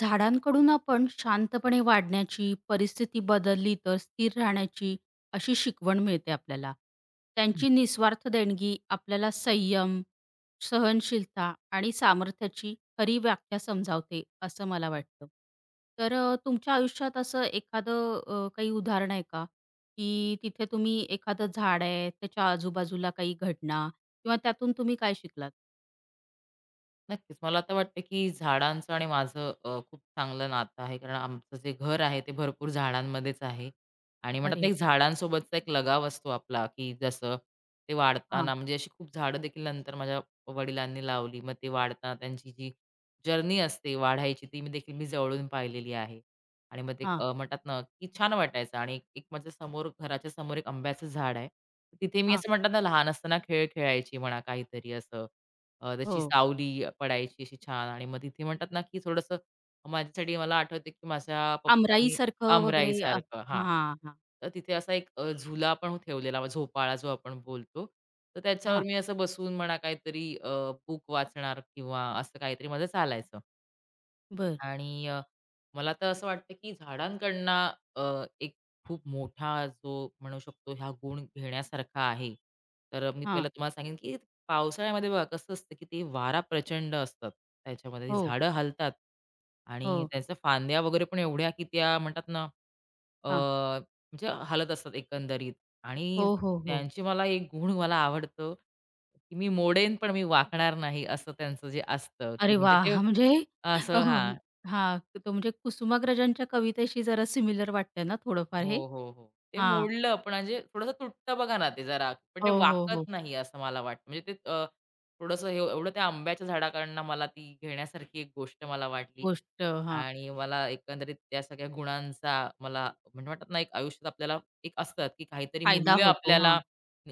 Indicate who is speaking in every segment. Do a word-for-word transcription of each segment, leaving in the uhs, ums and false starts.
Speaker 1: झाडांकडून आपण शांतपणे वाढण्याची, परिस्थिती बदलली तर स्थिर राहण्याची अशी शिकवण मिळते आपल्याला. त्यांची निस्वार्थ देणगी आपल्याला संयम, सहनशीलता आणि सामर्थ्याची खरी व्याख्या समजावते, असं मला वाटतं. तर अ, तुमच्या आयुष्यात असं एखादं अ, काही उदाहरण आहे का? की तिथे तुम्ही एखादं झाड आहे, त्याच्या आजूबाजूला काही घटना किंवा त्यातून तुम्ही काय शिकलात?
Speaker 2: नक्कीच. मला तर वाटतं, की झाडांचं आणि माझं अ, खूप चांगलं नातं आहे. कारण आमचं जे घर आहे ते भरपूर झाडांमध्येच आहे आणि म्हणतात
Speaker 1: अरे
Speaker 2: ना,
Speaker 1: वाह!
Speaker 2: एक झाडांसोबतचा एक लगाव असतो आपला, की जसं ते
Speaker 1: हां,
Speaker 2: वाढताना म्हणजे अशी खूप झाडं देखील नंतर माझ्या वडिलांनी लावली. मग ते वाढताना त्यांची जी जर्नी असते वाढायची, ती मी देखील मी जवळून पाहिलेली आहे. आणि मग ते
Speaker 1: हां,
Speaker 2: अ, म्हणतात ना, की छान वाटायचं आणि एक एक माझ्या समोर घराच्या समोर एक आंब्याचं झाड आहे. तिथे मी
Speaker 1: हां.
Speaker 2: असं म्हणतात ना, लहान असताना खेळ खेळायची म्हणा काहीतरी असं. अ, त्याची
Speaker 1: हो.
Speaker 2: सावली पडायची अशी छान आणि मग तिथे म्हणतात ना, की थोडंसं माझ्यासाठी मला आठवते, की माझ्या पप्पांनी
Speaker 1: आमराईसारखं वगैरे अ,
Speaker 2: आमराईसारखं हां.
Speaker 1: हां, हां,
Speaker 2: तर तिथे असा एक अ, झुला पण ठेवलेला झोपाळा जो आपण बोलतो. तर त्याच्यावर
Speaker 1: हां.
Speaker 2: मी असं बसून म्हणा काहीतरी अ, बुक वाचणार किंवा असं काहीतरी माझं चालायचं.
Speaker 1: बरं.
Speaker 2: आणि अ, मला तर असं वाटतं की झाडांकडनं अ, एक खूप मोठा जो म्हणू शकतो हा गुण घेण्यासारखा आहे. तर मी
Speaker 1: हां.
Speaker 2: पहिला तुम्हाला सांगेन की पावसाळ्यामध्ये बघा कसं असतं की ते वारा प्रचंड असतात. त्याच्यामध्ये ती
Speaker 1: हो,
Speaker 2: झाडं हलतात आणि
Speaker 1: हो.
Speaker 2: त्याच्या फांद्या वगैरे पण एवढ्या की त्या म्हणतात ना अ,
Speaker 1: हां.
Speaker 2: म्हणजे हलत असतात एकंदरीत आणि
Speaker 1: हो, हो, हो.
Speaker 2: त्यांची मला एक गुण मला आवडतं की मी मोडेन पण मी वाकणार नाही असं त्यांचं जे असतं की
Speaker 1: अरे
Speaker 2: म्हणजे ते
Speaker 1: वाह! म्हणजे अ,
Speaker 2: असं
Speaker 1: हं.
Speaker 2: हां.
Speaker 1: तो म्हणजे कुसुमाग्रजांच्या कवितेशी जरा सिमिलर वाटतंय ना थोडंफार
Speaker 2: हो,
Speaker 1: हे?
Speaker 2: हो, हो. ते
Speaker 1: हां.
Speaker 2: मोडलं पण म्हणजे थोडंसं तुटतं बघा ना ते जरा, पण
Speaker 1: हो,
Speaker 2: ते
Speaker 1: हो,
Speaker 2: वाकत
Speaker 1: हो.
Speaker 2: नाही असं मला वाटतं. म्हणजे ते अ, थोडंसं हे एवढं त्या आंब्याच्या झाडाकडनं मला ती घेण्यासारखी एक गोष्ट मला वाटली.
Speaker 1: गोष्ट हां.
Speaker 2: आणि मला एकंदरीत त्या सगळ्या गुणांचा मला म्हणजे म्हणतात ना, एक आयुष्यात आपल्याला एक असतात, की काहीतरी
Speaker 1: फायदा
Speaker 2: मूल्य
Speaker 1: होतो. हां.
Speaker 2: आपल्याला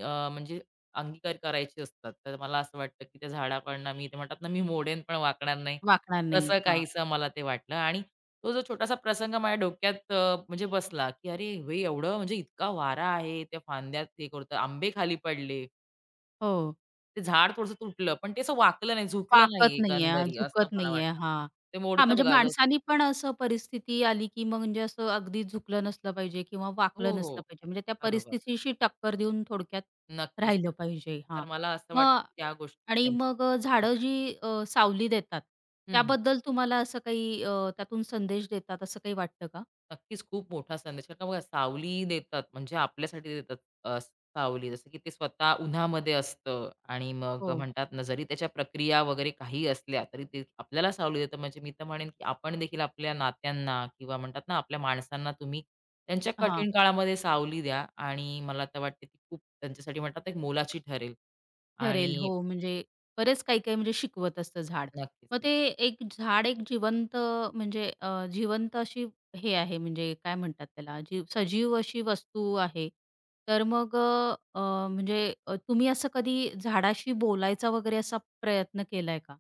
Speaker 2: अ, म्हणजे अंगीकार करायची असतात. तर मला असं वाटतं, की त्या झाडाकडनं मी ते म्हणतात ना, मी मोडेन पण वाकणार नाही.
Speaker 1: वाकणार नाही.
Speaker 2: तसं
Speaker 1: हां.
Speaker 2: काहीसं मला ते वाटलं आणि तो जो छोटासा प्रसंग माझ्या डोक्यात अ, म्हणजे बसला, की "अरे, हे एवढं म्हणजे इतका वारा आहे, त्या फांद्यात हे करतं, आंबे खाली पडले,
Speaker 1: हो.
Speaker 2: ते झाड थोडंसं तुटलं, पण ते असं वाकलं नाही, झुकलं नाही
Speaker 1: वाकत नाहीये, हा,
Speaker 2: एकंदरी." असं
Speaker 1: झुकत
Speaker 2: मला
Speaker 1: नाहीये.
Speaker 2: वाटतं.
Speaker 1: हां.
Speaker 2: ते
Speaker 1: हां,
Speaker 2: मोडतं
Speaker 1: म्हणजे
Speaker 2: बघा जसं
Speaker 1: माणसानी पण असं परिस्थिती आली, की मग म्हणजे असं अगदी झुकलं नसलं पाहिजे किंवा
Speaker 2: हो,
Speaker 1: वाकलं नसलं
Speaker 2: हो.
Speaker 1: पाहिजे. म्हणजे त्या
Speaker 2: बरोबर.
Speaker 1: परिस्थितीशी टक्कर देऊन थोडक्यात
Speaker 2: नक्कीच.
Speaker 1: राहिलं पाहिजे.
Speaker 2: तर
Speaker 1: हां.
Speaker 2: मला असं वाटतं,
Speaker 1: मग
Speaker 2: की त्या गोष्टी
Speaker 1: आणि
Speaker 2: त्यांच्या
Speaker 1: मग अ,
Speaker 2: हं,
Speaker 1: झाडं जी अ, सावली देतात,
Speaker 2: हं, हं.
Speaker 1: त्याबद्दल तुम्हाला असं काही अ, त्यातून संदेश देतात असं काही वाटतं का?
Speaker 2: नक्कीच खूप मोठा संदेश. कारण का बघा सावली देतात म्हणजे आपल्यासाठी देतात अ, सावली. जसं की ते स्वतः उन्हामध्ये असतं आणि मग
Speaker 1: हो.
Speaker 2: म्हणतात ना, जरी त्याच्या प्रक्रिया वगैरे काही असल्या, तरी ते आपल्याला सावली देतं. म्हणजे मी तर म्हणेन, की आपण देखील आपल्या नात्यांना किंवा म्हणतात ना, आपल्या माणसांना तुम्ही त्यांच्या कठीण काळामध्ये सावली द्या आणि मला तर वाटते, ती खूप त्यांच्यासाठी म्हणतात ना, एक मोलाची ठरेल
Speaker 1: ठरेल.
Speaker 2: आणि
Speaker 1: हो, म्हणजे बरेच काही-काही म्हणजे शिकवत असतं झाड.
Speaker 2: नक्कीच,
Speaker 1: मग ते
Speaker 2: नक्कीच.
Speaker 1: एक झाड एक जिवंत म्हणजे अ, जिवंत अशी हे आहे म्हणजे काय म्हणतात त्याला जीव सजीव अशी वस्तू आहे. तर मग अ, अ, म्हणजे अ, तुम्ही असं कधी झाडाशी बोलायचा वगैरे असा प्रयत्न केलाय का?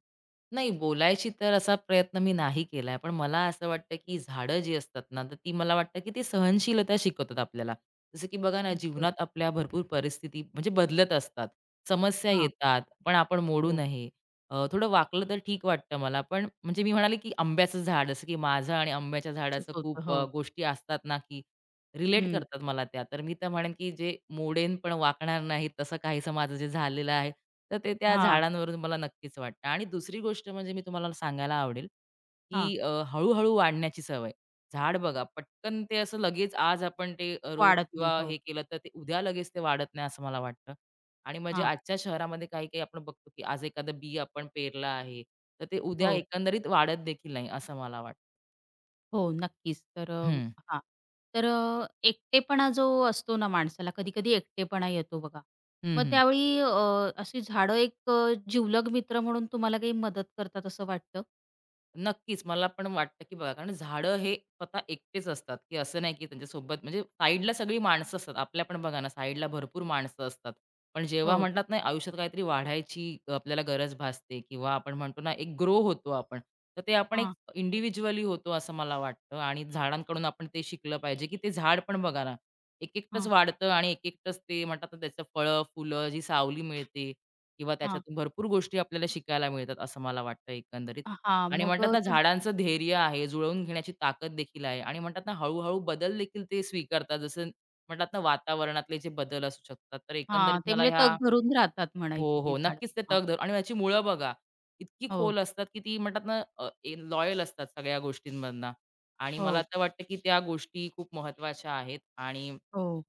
Speaker 2: नाही, बोलायची तर असा प्रयत्न मी नाही केलाय. पण मला असं वाटतं, की झाडं जी असतात ना, तर ती मला वाटतं, की ती सहनशीलता शिकवतात आपल्याला. जसं की बघा ना,
Speaker 1: बरं.
Speaker 2: जीवनात आपल्या भरपूर परिस्थिती म्हणजे बदलत असतात. समस्या
Speaker 1: हां.
Speaker 2: येतात, पण आपण मोडू
Speaker 1: हो.
Speaker 2: नये. अ, थोडं वाकलं तर ठीक वाटतं मला. पण म्हणजे मी म्हणाले, की आंब्याचं झाड, जसं की माझं आणि आंब्याच्या झाडाचं
Speaker 1: शिकवतं.
Speaker 2: खूप
Speaker 1: हो.
Speaker 2: अ, गोष्टी असतात ना, की रिलेट
Speaker 1: हं.
Speaker 2: करतात मला त्या. तर मी तर म्हणेन, की जे मोडेन पण वाकणार नाही तसं काहीसं माझं जे झालेलं आहे, तर ते त्या
Speaker 1: हां,
Speaker 2: झाडांवरून मला नक्कीच वाटतं. आणि दुसरी गोष्ट म्हणजे मी तुम्हाला सांगायला आवडेल,
Speaker 1: हां.
Speaker 2: की अ, हळू-हळू वाढण्याची सवय. झाड बघा पटकन ते असं लगेच आज आपण ते अ, रोप
Speaker 1: वाढत नाही.
Speaker 2: किंवा
Speaker 1: हो.
Speaker 2: हे केलं तर ते उद्या लगेच ते वाढत नाही असं मला वाटतं. आणि म्हणजे
Speaker 1: हां.
Speaker 2: आजच्या शहरामध्ये काही-काही आपण बघतो, की आज एखादं बी आपण पेरलं आहे, तर ते उद्या
Speaker 1: हो.
Speaker 2: एकंदरीत वाढत देखील नाही असं मला वाटतं.
Speaker 1: हो, नक्कीच. तर अ,
Speaker 2: हं.
Speaker 1: हां. तर अ, एकटेपणा जो असतो ना माणसाला, कधी-कधी एकटेपणा येतो बघा.
Speaker 2: हं,
Speaker 1: मग
Speaker 2: हं.
Speaker 1: त्यावेळी अ, अशी झाडं एक अ, जिवलग मित्र म्हणून तुम्हाला काही मदत करतात असं वाटतं?
Speaker 2: नक्कीच. मला पण वाटतं, की बघा कारण झाडं हे स्वतः एकटेच असतात, की असं नाही की त्यांच्यासोबत म्हणजे साईडला सगळी माणसं असतात. आपल्या पण बघा ना, साईडला भरपूर माणसं असतात. पण जेव्हा
Speaker 1: हो.
Speaker 2: म्हणतात ना, आयुष्यात काहीतरी वाढायची अ, आपल्याला गरज भासते किंवा आपण म्हणतो ना, एक ग्रो होतो आपण. तर ते आपण एक
Speaker 1: हां,
Speaker 2: इंडिव्हिज्युअली होतो असं मला वाटतं आणि झाडांकडून आपण ते शिकलं पाहिजे, की ते झाड पण बघा ना, एक-एकटंच
Speaker 1: हां,
Speaker 2: वाढतं आणि एक-एकटंच ते म्हणतात ना, त्याचं फळं, फुलं, जी सावली मिळते किंवा
Speaker 1: हां.
Speaker 2: त्याच्यातून भरपूर गोष्टी आपल्याला शिकायला मिळतात असं मला वाटतं एकंदरीत.
Speaker 1: हां,
Speaker 2: आणि
Speaker 1: मग
Speaker 2: म्हणतात
Speaker 1: अ,
Speaker 2: ना
Speaker 1: तुम
Speaker 2: झाडांचं धैर्य आहे, जुळवून घेण्याची ताकद देखील आहे आणि म्हणतात ना हळू-हळू बदल देखील ते स्वीकारतात. जसं म्हणतात ना वातावरणातले जे बदल असू शकतात. तर
Speaker 1: हां,
Speaker 2: एकंदरीत
Speaker 1: ते
Speaker 2: मला
Speaker 1: म्हणजे
Speaker 2: ह्या
Speaker 1: तग धरून राहतात
Speaker 2: हो,
Speaker 1: म्हणायची ती
Speaker 2: हो.
Speaker 1: झाडं.
Speaker 2: नक्कीच ते
Speaker 1: हां.
Speaker 2: तग धरून आणि याची मुळं बघा, इतकी
Speaker 1: हो,
Speaker 2: खोल असतात, की ती म्हणतात ना लॉयल असतात सगळ्या गोष्टींमधनं आणि मला
Speaker 1: हो,
Speaker 2: तर वाटतं, की त्या गोष्टी खूप महत्त्वाच्या आहेत आणि
Speaker 1: हो.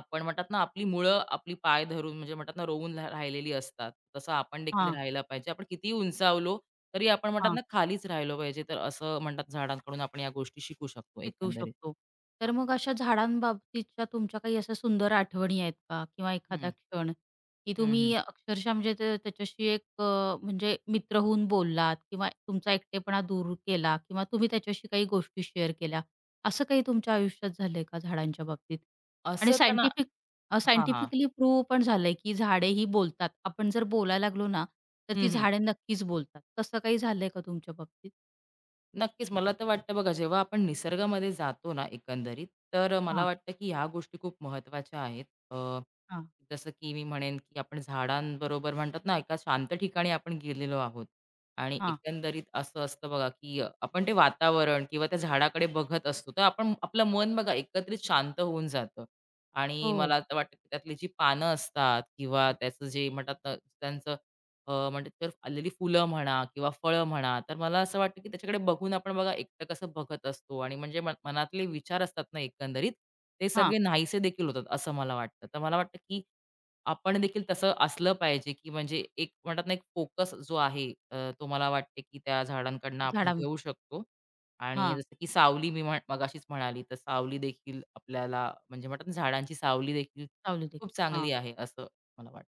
Speaker 2: आपण म्हणतात ना, आपली मुळं आपली पाय धरून म्हणजे म्हणतात ना, रोवून रा राहिलेली असतात. तसं आपण देखील
Speaker 1: हां,
Speaker 2: राहायला पाहिजे. आपण कितीही उंचावलो, तरी आपण म्हणतात ना, खालीच राहिलो पाहिजे. तर असं म्हणतात झाडांकडून आपण या गोष्टी शिकू शकतो
Speaker 1: शिकवू
Speaker 2: एकंदरीत.
Speaker 1: शकतो. तर
Speaker 2: हां.
Speaker 1: मग अशा झाडांबाबतीतच्या तुमच्या काही अशा सुंदर आठवणी आहेत का? किंवा एखादा
Speaker 2: हं.
Speaker 1: क्षण, की
Speaker 2: हं, हं.
Speaker 1: तुम्ही अक्षरशः म्हणजे ते त्याच्याशी एक अ, म्हणजे मित्र होऊन बोललात किंवा तुमचा एकटेपणा दूर केला किंवा तुम्ही त्याच्याशी काही गोष्टी शेअर केल्या. असं काही तुमच्या आयुष्यात झालंय का झाडांच्या बाबतीत? आणि
Speaker 2: असं तर ना
Speaker 1: सायंटिफिक
Speaker 2: हां, हां.
Speaker 1: सायंटिफिकली प्रूव्ह पण झालंय, की झाडे ही बोलतात. आपण जर बोलायला लागलो ना, तर
Speaker 2: हं,
Speaker 1: ती
Speaker 2: हं.
Speaker 1: झाडे नक्कीच बोलतात. तसं काही झालंय का तुमच्या बाबतीत?
Speaker 2: नक्कीच. मला तर वाटतं बघा, जेव्हा आपण निसर्गामध्ये जातो ना एकंदरीत, तर मला
Speaker 1: हां,
Speaker 2: वाटतं की ह्या गोष्टी खूप महत्त्वाच्या आहेत. अ,
Speaker 1: हां,
Speaker 2: जसं की मी म्हणेन की आपण झाडांबरोबर म्हणतात ना, एका शांत ठिकाणी आपण गेलेलो आहोत आणि
Speaker 1: हां.
Speaker 2: एकंदरीत असं असतं बघा की अ, आपण ते वातावरण किंवा त्या झाडाकडे बघत असतो, तर आपण आपलं मन बघा एकत्रित शांत होऊन जातं आणि
Speaker 1: हो.
Speaker 2: मला तर वाटतं की त्यातली जी पानं असतात किंवा त्याचं जे म्हणतात ना, त्यांचं अ, म्हणजे तर आलेली फुलं म्हणा किंवा फळं म्हणा, तर मला असं वाटतं की त्याच्याकडे बघून आपण बघा एकटक कसं बघत असतो आणि म्हणजे मन मनातले विचार असतात ना एकंदरीत, ते
Speaker 1: हां.
Speaker 2: सगळे नाहीसे देखील होतात असं मला वाटतं. तर मला वाटतं की आपण देखील तसं असलं पाहिजे की म्हणजे एक म्हणतात ना, एक फोकस जो आहे अ, तो मला वाटते की त्या झाडांकडनं आपण
Speaker 1: झाडा
Speaker 2: घेऊ शकतो. आणि
Speaker 1: हां,
Speaker 2: जसं की सावली मी म्हण मगाशीच म्हणाली, तर सावली देखील आपल्याला म्हणजे म्हणतात ना, झाडांची सावली देखील
Speaker 1: सावली देखील.
Speaker 2: खूप
Speaker 1: हां,
Speaker 2: चांगली आहे असं मला वाटतं.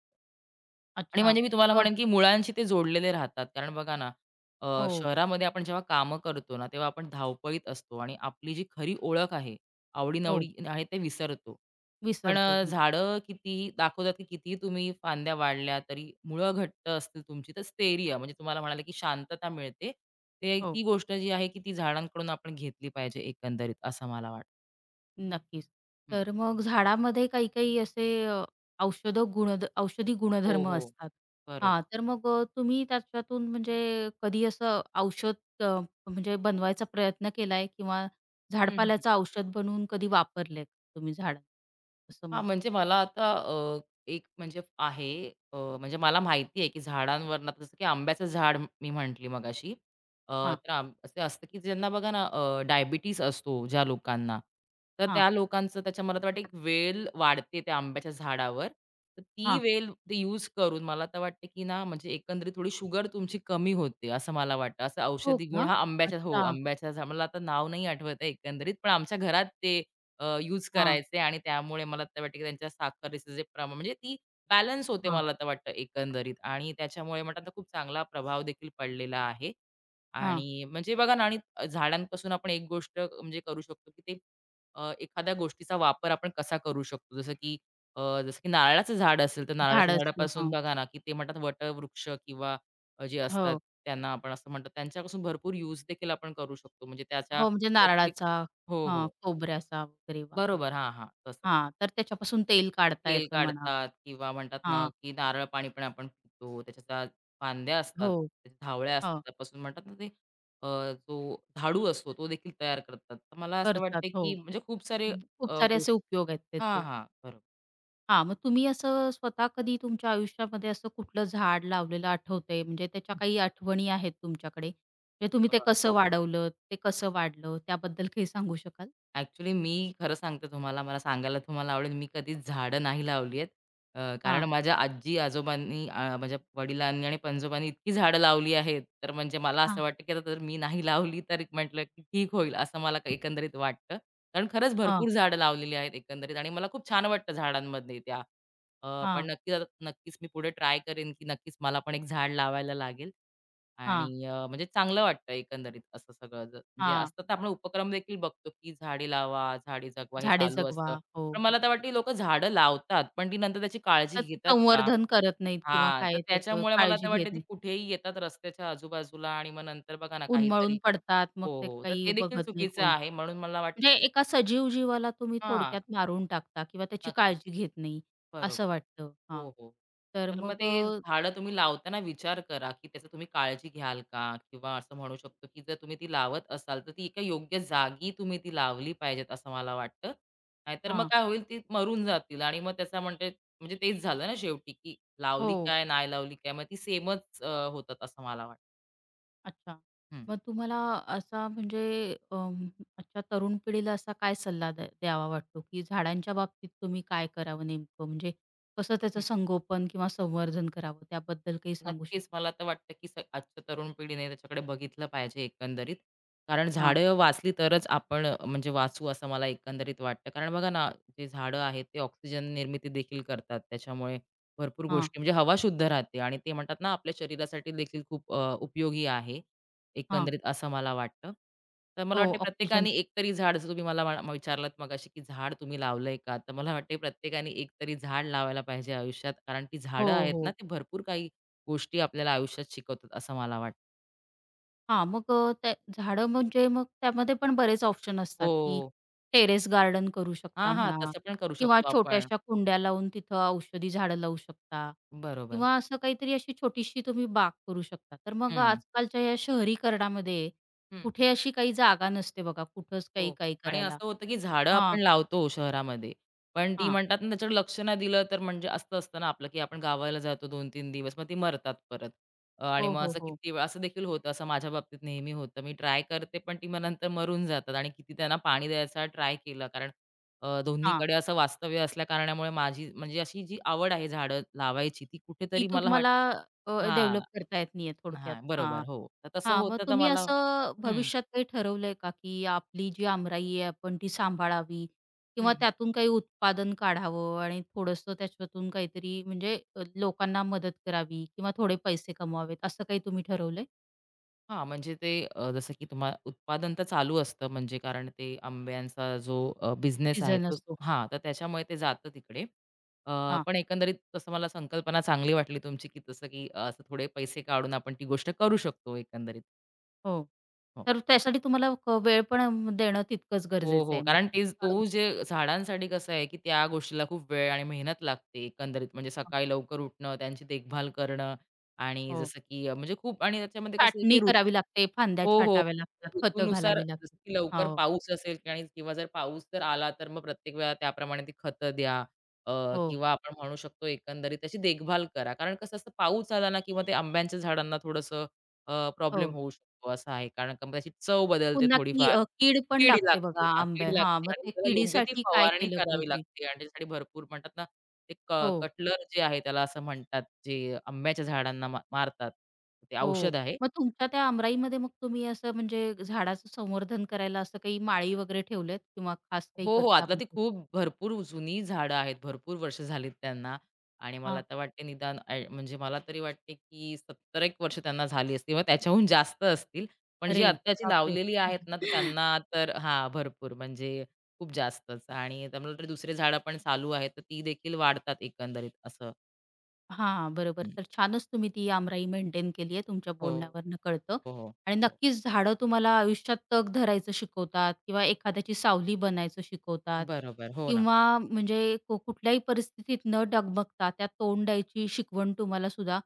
Speaker 2: आणि
Speaker 1: अच्छा.
Speaker 2: म्हणजे मी तुम्हाला
Speaker 1: अ,
Speaker 2: म्हणेन, की मुळांशी ते जोडलेले राहतात. कारण बघा ना, अ,
Speaker 1: हो,
Speaker 2: शहरामध्ये आपण जेव्हा कामं करतो ना, तेव्हा आपण धावपळीत असतो आणि आपली जी खरी ओळख आहे,
Speaker 1: हो.
Speaker 2: आवडी-निवडी आहे ते विसरतो. पण
Speaker 1: विसरतो.
Speaker 2: अ,
Speaker 1: हं.
Speaker 2: झाडं कितीही दाखवतात, की कितीही तुम्ही फांद्या वाढल्या तरी मुळं घट्ट असतील तुमची, तर स्थैर्य म्हणजे तुम्हाला म्हणाले, की शांतता मिळते. ते
Speaker 1: हो,
Speaker 2: ती गोष्ट जी आहे, की ती झाडांकडून आपण घेतली पाहिजे एकंदरीत असं मला वाटतं.
Speaker 1: नक्कीच.
Speaker 2: हं.
Speaker 1: तर मग झाडामध्ये काही-काही असे अ, औषध गुणध औषधी
Speaker 2: हो,
Speaker 1: गुणधर्म
Speaker 2: हो.
Speaker 1: असतात. हां,
Speaker 2: बरोबर.
Speaker 1: तर मग अ, तुम्ही त्याच्यातून म्हणजे कधी असं औषध अ, म्हणजे बनवायचा प्रयत्न केलाय किंवा
Speaker 2: हं, हं.
Speaker 1: झाडपाल्याचं औषध बनवून कधी वापरलंय का तुम्ही झाडं? असं
Speaker 2: हां,
Speaker 1: मला
Speaker 2: म्हणजे मला आता अ, एक म्हणजे आहे अ, म्हणजे मला माहिती आहे, की झाडांवरनं आता जसं की आंब्याचं झाड म- मी म्हटली मगाशी. अ,
Speaker 1: हां,
Speaker 2: तर आंब असे असतं, की ज्यांना बघा ना अ, असतो ज्या लोकांना, तर
Speaker 1: हां,
Speaker 2: त्या लोकांचं त्याच्या मला तर वाटतं एक वेल वाढते त्या आंब्याच्या झाडावर. तर ती
Speaker 1: हां.
Speaker 2: वेल ते यूज करून मला तर वाटतं, की ना म्हणजे एकंदरीत थोडी शुगर तुमची कमी होते, असं मला वाटतं. असं
Speaker 1: हो
Speaker 2: औषधी गुण
Speaker 1: का?
Speaker 2: हा आंब्याच्या हो,
Speaker 1: अच्छा.
Speaker 2: आंब्याच्या झा मला आता नाव नाही आठवत आहे एकंदरीत, पण आमच्या घरात ते यूज
Speaker 1: हां,
Speaker 2: करायचे आणि त्यामुळे मला तर वाटतं की त्यांच्या साखरेचं जे प्रमाण म्हणजे ती बॅलन्स होते
Speaker 1: हां,
Speaker 2: मला तर वाटतं एकंदरीत आणि त्याच्यामुळे म्हणतात ना खूप चांगला प्रभाव देखील पडलेला आहे.
Speaker 1: हां.
Speaker 2: आणि म्हणजे बघा ना आणि झाडांपासून आपण एक गोष्ट म्हणजे करू शकतो की ते अ, एखाद्या गोष्टीचा वापर आपण कसा करू शकतो. जसं की अ, जसं की नारळाचं झाड असेल तर नारळाच्या
Speaker 1: धाडस.
Speaker 2: झाडापासून
Speaker 1: हां.
Speaker 2: बघा ना की ते म्हणतात वटवृक्ष किंवा अ, जे असतात
Speaker 1: हो.
Speaker 2: त्यांना आपण असं म्हणतात त्यांच्यापासून भरपूर यूज देखील आपण करू शकतो. म्हणजे त्याच्या
Speaker 1: हो, म्हणजे
Speaker 2: प्रत्येक
Speaker 1: नारळाचा
Speaker 2: हो,
Speaker 1: हां,
Speaker 2: हो.
Speaker 1: खोबऱ्याचा वगैरे वापर.
Speaker 2: बरोबर. हां, हां. तसंच.
Speaker 1: हां, तर त्याच्यापासून तेल काढता
Speaker 2: तेल
Speaker 1: येतं म्हणा.
Speaker 2: काढतात किंवा म्हणतात ना,
Speaker 1: हां,
Speaker 2: की नारळ पाणी पण आपण पितो. त्याच्या फांद्या असतात,
Speaker 1: हो,
Speaker 2: त्याच्या धावळ्या असतात.
Speaker 1: हो,
Speaker 2: त्यापासून म्हणतात ना, ते अ, जो झाडू असतो तो देखील तयार करतात. तर मला असं
Speaker 1: करतात.
Speaker 2: वाटतं, की
Speaker 1: हो.
Speaker 2: म्हणजे खूप सारे
Speaker 1: खूप
Speaker 2: अ,
Speaker 1: सारे असे
Speaker 2: गोष्टी
Speaker 1: उपयोग आहेत
Speaker 2: हां,
Speaker 1: त्याचे.
Speaker 2: हां.
Speaker 1: हां, मग तुम्ही असं स्वतः कधी तुमच्या आयुष्यामध्ये असं कुठलं झाड लावलेलं आठवतंय? म्हणजे त्याच्या
Speaker 2: बरोबर.
Speaker 1: काही आठवणी आहेत तुमच्याकडे? म्हणजे तुम्ही ते कसं वाढवलं? ते कसं वाढलं? त्याबद्दल काही सांगू शकाल?
Speaker 2: ॲक्चुअली मी खरं सांगते तुम्हाला, मला सांगायला तुम्हाला आवडेल, मी कधीच झाडं नाही लावली आहेत. अ, कारण
Speaker 1: हां,
Speaker 2: माझ्या आजी-आजोबांनी अ, माझ्या वडिलांनी आणि पणजोबांनी इतकी झाडं लावली आहेत, तर म्हणजे मला असं
Speaker 1: हां,
Speaker 2: वाटतं, की आता जर मी नाही लावली, तर म्हटलं की ठीक होईल, असं मला क- एकंदरीत वाटतं. कारण खरंच
Speaker 1: हां,
Speaker 2: भरपूर झाडं लावलेली आहेत एकंदरीत आणि मला खूप छान वाटतं झाडांमध्ये त्या. अ, पण
Speaker 1: हां,
Speaker 2: नक्कीच, आता- नक्कीच मी पुढे ट्राय करेन, की नक्कीच मला पण एक झाड लावायला लागेल. आणि
Speaker 1: हां,
Speaker 2: अ, म्हणजे चांगलं वाटतं एकंदरीत असं सगळं ज म्हणजे
Speaker 1: हां.
Speaker 2: असतं तर आपण उपक्रम देखील बघतो, की झाडे लावा, झाडे जगवा हे
Speaker 1: झाडे
Speaker 2: चालू
Speaker 1: जगवा.
Speaker 2: असतं.
Speaker 1: हो,
Speaker 2: पण मला
Speaker 1: हो.
Speaker 2: तर वाटतं, ही लोकं झाडं लावतात, पण ती नंतर त्याची काळजी
Speaker 1: त्याचं
Speaker 2: घेतात का?
Speaker 1: संवर्धन करत नाहीत किंवा
Speaker 2: हां, तर
Speaker 1: काय त्याचं
Speaker 2: त्याच्यामुळे मला
Speaker 1: काळजी
Speaker 2: तर
Speaker 1: घेत
Speaker 2: वाटतं, ती
Speaker 1: नाही.
Speaker 2: कुठेही येतात रस्त्याच्या आजूबाजूला आणि मग नंतर बघा ना
Speaker 1: उन्मळून
Speaker 2: काहीतरी
Speaker 1: पडतात, मग
Speaker 2: हो,
Speaker 1: ते
Speaker 2: हो. तर
Speaker 1: काही
Speaker 2: ते देखील
Speaker 1: बघत नाही
Speaker 2: चुकीचं
Speaker 1: कोण.
Speaker 2: आहे. म्हणून मला वाटतं,
Speaker 1: म्हणजे
Speaker 2: की
Speaker 1: एका सजीव जीवाला तुम्ही
Speaker 2: हां,
Speaker 1: थोडक्यात मारून टाकता किंवा त्याची
Speaker 2: नक्कीच.
Speaker 1: काळजी घेत नाही,
Speaker 2: बरोबर.
Speaker 1: असं वाटतं. हां.
Speaker 2: हो, हो.
Speaker 1: तर
Speaker 2: तर मग
Speaker 1: मग
Speaker 2: ते
Speaker 1: अ,
Speaker 2: झाडं तुम्ही लावताना विचार करा, की त्याचं तुम्ही काळजी घ्याल का? किंवा असं म्हणू शकतो, की जर तुम्ही ती लावत असाल, तर ती एका योग्य जागी तुम्ही ती लावली पाहिजेत, असं मला वाटतं. नाहीतर मग
Speaker 1: हां.
Speaker 2: काय होईल, ती मरून जातील आणि मग त्याचा म्हणजे म्हणजे तेच झालं ना शेवटी, की लावली
Speaker 1: हो.
Speaker 2: काय, नाही लावली काय? मग ती सेमच अ, होतात असं मला वाटतं.
Speaker 1: अच्छा.
Speaker 2: हं.
Speaker 1: मग तुम्हाला असा म्हणजे अं, आजच्या तरुण पिढीला असा काय सल्ला द द्यावा वाटतो, की झाडांच्या बाबतीत तुम्ही काय करावं नेमकं? म्हणजे कसं त्याचं संगोपन किंवा संवर्धन करावं त्याबद्दल काही सांगू शकता?
Speaker 2: नक्कीच. मला तर वाटतं, की स आजच्या तरुण पिढीने त्याच्याकडे बघितलं पाहिजे एकंदरीत. कारण
Speaker 1: हां,
Speaker 2: झाडं वाचली तरच आपण अ, म्हणजे वाचू असं मला एकंदरीत वाटतं. कारण बघा ना, जे झाडं आहेत ते ऑक्सिजन निर्मिती देखील करतात. त्याच्यामुळे भरपूर
Speaker 1: हां,
Speaker 2: गोष्टी म्हणजे हवा शुद्ध राहते आणि ते म्हणतात ना, आपल्या शरीरासाठी देखील खूप अ, उपयोगी आहे.
Speaker 1: हां.
Speaker 2: एकंदरीत असं मला वाटतं. तर मला
Speaker 1: हो,
Speaker 2: वाटते प्रत्येकाने
Speaker 1: ऑक्सिजनचं.
Speaker 2: एकतरी झाड जसं तुम्ही मला म विचारलात मगाशी, की झाड तुम्ही लावलंय का? तर मला वाटते प्रत्येकाने एकतरी झाड लावायला पाहिजे आयुष्यात. कारण ती
Speaker 1: हो,
Speaker 2: झाडं आहेत ना,
Speaker 1: हो.
Speaker 2: ते भरपूर काही गोष्टी आपल्याला आयुष्यात शिकवतात असं मला वाटतं.
Speaker 1: हां, मग अ, ते झाडं म्हणजे मग त्यामध्ये पण बरेच ऑप्शन असतात, की
Speaker 2: हो.
Speaker 1: टेरेस गार्डन करू
Speaker 2: हां,
Speaker 1: शकता
Speaker 2: हां.
Speaker 1: म्हणा
Speaker 2: तसं पण करू
Speaker 1: किंवा
Speaker 2: शकतो आपण.
Speaker 1: छोट्याशा कुंड्या लावून तिथं औषधी झाडं लावू शकता
Speaker 2: बरोबर.
Speaker 1: किंवा असं काहीतरी अशी छोटीशी तुम्ही बाग करू शकता. तर मग
Speaker 2: हं.
Speaker 1: आजकालच्या या शहरीकरणामध्ये
Speaker 2: हं.
Speaker 1: कुठे अशी काही जागा नसते बघा, कुठंच
Speaker 2: हो.
Speaker 1: काही
Speaker 2: हो.
Speaker 1: काही
Speaker 2: आणि
Speaker 1: करायला.
Speaker 2: असं होतं, की झाडं
Speaker 1: हां,
Speaker 2: आपण लावतो शहरामध्ये, पण ती
Speaker 1: हां.
Speaker 2: म्हणतात ना त्याच्याकडे लक्ष नाही दिलं तर म्हणजे असं असतं ना आपलं, की आपण गावाला जातो दोन तीन दिवस, मग ती मरतात परत. अ, आणि
Speaker 1: हो,
Speaker 2: मग
Speaker 1: हो,
Speaker 2: असं
Speaker 1: हो.
Speaker 2: किती वेळा असं देखील होतं, असं माझ्या बाबतीत नेहमी होतं. मी ट्राय करते, पण ती मग नंतर मरून जातात आणि किती त्यांना पाणी द्यायचा ट्राय केला. कारण अ,
Speaker 1: हां.
Speaker 2: दोन्हीकडे असं वास्तव्य असल्या कारणामुळे माझी म्हणजे अशी जी आवड आहे झाडं लावायची, ती
Speaker 1: ती
Speaker 2: कुठेतरी मला वाट
Speaker 1: तुम्हाला अ,
Speaker 2: हां,
Speaker 1: डेव्हलप करता येत नाहीये थोडक्यात.
Speaker 2: हां.
Speaker 1: हां.
Speaker 2: बरोबर. हो. तर तसं
Speaker 1: हां, मग
Speaker 2: होतं तर
Speaker 1: तुम्ही
Speaker 2: मला
Speaker 1: असं
Speaker 2: हं,
Speaker 1: भविष्यात काही ठरवलंय का, की आपली जी आमराई आहे आपण ती सांभाळावी किंवा
Speaker 2: हं.
Speaker 1: त्यातून काही उत्पादन काढावं आणि थोडंसं त्याच्यातून काहीतरी म्हणजे अ, लोकांना मदत करावी किंवा थोडे पैसे कमवावेत, असं काही तुम्ही ठरवलंय?
Speaker 2: हां, म्हणजे ते अ, जसं की तुम्हा उत्पादन तर चालू असतं म्हणजे कारण ते आंब्यांचा जो अ, बिझनेस आहे
Speaker 1: सीझन
Speaker 2: तो
Speaker 1: असतो.
Speaker 2: हां, तर त्याच्यामुळे ते जातं तिकडे. अ,
Speaker 1: हां,
Speaker 2: पण एकंदरीत तसं मला संकल्पना चांगली वाटली तुमची, की तसं की अ, असं थोडे पैसे काढून आपण ती गोष्ट करू शकतो एकंदरीत.
Speaker 1: हो.
Speaker 2: हो.
Speaker 1: तर त्यासाठी तुम्हाला क वेळ पण देणं तितकंच
Speaker 2: हो,
Speaker 1: गरजेचं
Speaker 2: हो.
Speaker 1: आहे. म्हणजे
Speaker 2: कारण तेच तो
Speaker 1: काढून-
Speaker 2: जे झाडांसाठी कसं आहे, की त्या गोष्टीला खूप वेळ आणि मेहनत लागते एकंदरीत. म्हणजे सकाळी लवकर उठणं, त्यांची देखभाल करणं आणि
Speaker 1: हो.
Speaker 2: जसं की अ, म्हणजे खूप आणि त्याच्यामध्ये कसं आहे, की
Speaker 1: छाटणी
Speaker 2: ऋत
Speaker 1: करावी लागते, फांद्या
Speaker 2: हो, हो.
Speaker 1: छाटाव्या लागतात, खतं
Speaker 2: ऋतूनुसार
Speaker 1: घालावी लागतात.
Speaker 2: जसं की लवकर
Speaker 1: हो.
Speaker 2: पाऊस असेल की आणि किंवा जर पाऊस जर आला, तर मग प्रत्येक वेळेला त्याप्रमाणे ती खतं द्या अ,
Speaker 1: हो,
Speaker 2: किंवा आपण म्हणू शकतो एकंदरीत त्याची देखभाल करा. कारण कसं असतं पाऊस आला ना किंवा ते आंब्यांच्या झाडांना थोडंसं प्रॉब्लेम
Speaker 1: हो.
Speaker 2: होऊ शकतो असं आहे. कारण का मग त्याची चव बदलते
Speaker 1: पुन्हा की
Speaker 2: थोडीफार.
Speaker 1: अ, कीड पण
Speaker 2: कीड
Speaker 1: लागते
Speaker 2: लागते.
Speaker 1: बघा
Speaker 2: हां, कीड
Speaker 1: आंब्या हां,
Speaker 2: लागते
Speaker 1: मग
Speaker 2: आणि
Speaker 1: ते
Speaker 2: त्याला योग्य ती
Speaker 1: किडीसाठी काय
Speaker 2: फवारणी
Speaker 1: केलं
Speaker 2: करावी
Speaker 1: पाहिजे?
Speaker 2: लागते आणि त्याच्यासाठी भरपूर म्हणतात ना, ते क
Speaker 1: हो,
Speaker 2: कटलर जे आहे त्याला असं म्हणतात, जे आंब्याच्या झाडांना मा मारतात. ते
Speaker 1: हो.
Speaker 2: औषध आहे.
Speaker 1: मग तुमच्या त्या आमराईमध्ये मग तुम्ही असं म्हणजे झाडाचं संवर्धन करायला असं काही माळी वगैरे ठेवल्यात किंवा खास काही
Speaker 2: हो, हो.
Speaker 1: करता?
Speaker 2: आता ती खूप भरपूर जुनी झाडं आहेत. भरपूर वर्ष झालीत त्यांना आणि मला
Speaker 1: हां.
Speaker 2: आता वाटते निदान अ, म्हणजे मला तरी वाटते, की सत्तर एक वर्ष त्यांना झाली असतील किंवा त्याच्याहून जास्त असतील. पण जी
Speaker 1: अरे
Speaker 2: आत्ताची
Speaker 1: बापरे!
Speaker 2: लावलेली आहेत ना, तर त्यांना तर हां, भरपूर म्हणजे खूप जास्तच आणि तर मला तरी दुसरे झाडं पण चालू आहेत, तर ती देखील वाढतात एकंदरीत असं.
Speaker 1: हां, बरोबर.
Speaker 2: हं.
Speaker 1: तर छानच तुम्ही ती आमराई मेंटेन केली आहे, तुमच्या
Speaker 2: हो,
Speaker 1: बोलण्यावरनं कळतं.
Speaker 2: हो, हो.
Speaker 1: आणि
Speaker 2: हो.
Speaker 1: नक्कीच झाडं तुम्हाला आयुष्यात तग धरायचं शिकवतात किंवा एखाद्याची सावली बनायचं शिकवतात
Speaker 2: बरोबर. हो ना.
Speaker 1: किंवा म्हणजे को कुठल्याही परिस्थितीत न डगमगता त्यात तोंड द्यायची शिकवण तुम्हाला सुद्धा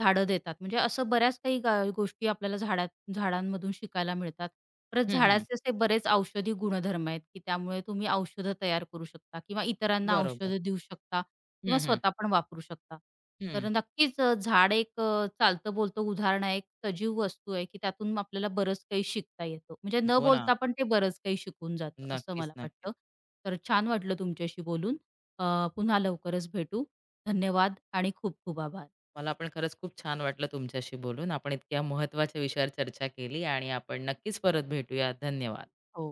Speaker 1: झाडं देतात. म्हणजे असं बऱ्याच काही गा गोष्टी आपल्याला झाडात झाडांमधून शिकायला मिळतात. परत
Speaker 2: हं, हं.
Speaker 1: झाडाचे असे बरेच औषधी गुणधर्म आहेत, की त्यामुळे तुम्ही औषधं तयार करू शकता किंवा इतरांना
Speaker 2: बरोबर.
Speaker 1: औषधं देऊ शकता. किंवा
Speaker 2: हं, हं.
Speaker 1: स्वतः पण वापरू शकता.
Speaker 2: हं.
Speaker 1: तर नक्कीच अ, झाड एक अ, चालतं बोलतं उदाहरण आहे, एक सजीव वस्तू आहे, की त्यातून आपल्याला बरंच काही शिकता येतं. म्हणजे न
Speaker 2: हो ना.
Speaker 1: बोलता पण ते बरंच काही शिकून जातं, असं
Speaker 2: नक्कीच,
Speaker 1: मला
Speaker 2: नक्कीच.
Speaker 1: वाटतं. तर छान वाटलं तुमच्याशी बोलून. अ, पुन्हा लवकरच भेटू. धन्यवाद आणि खूप खूप आभार.
Speaker 2: मला पण खरंच खूप छान वाटलं तुमच्याशी बोलून. आपण इतक्या महत्त्वाच्या विषयावर चर्चा केली आणि आपण नक्कीच परत भेटूया. धन्यवाद.
Speaker 1: हो.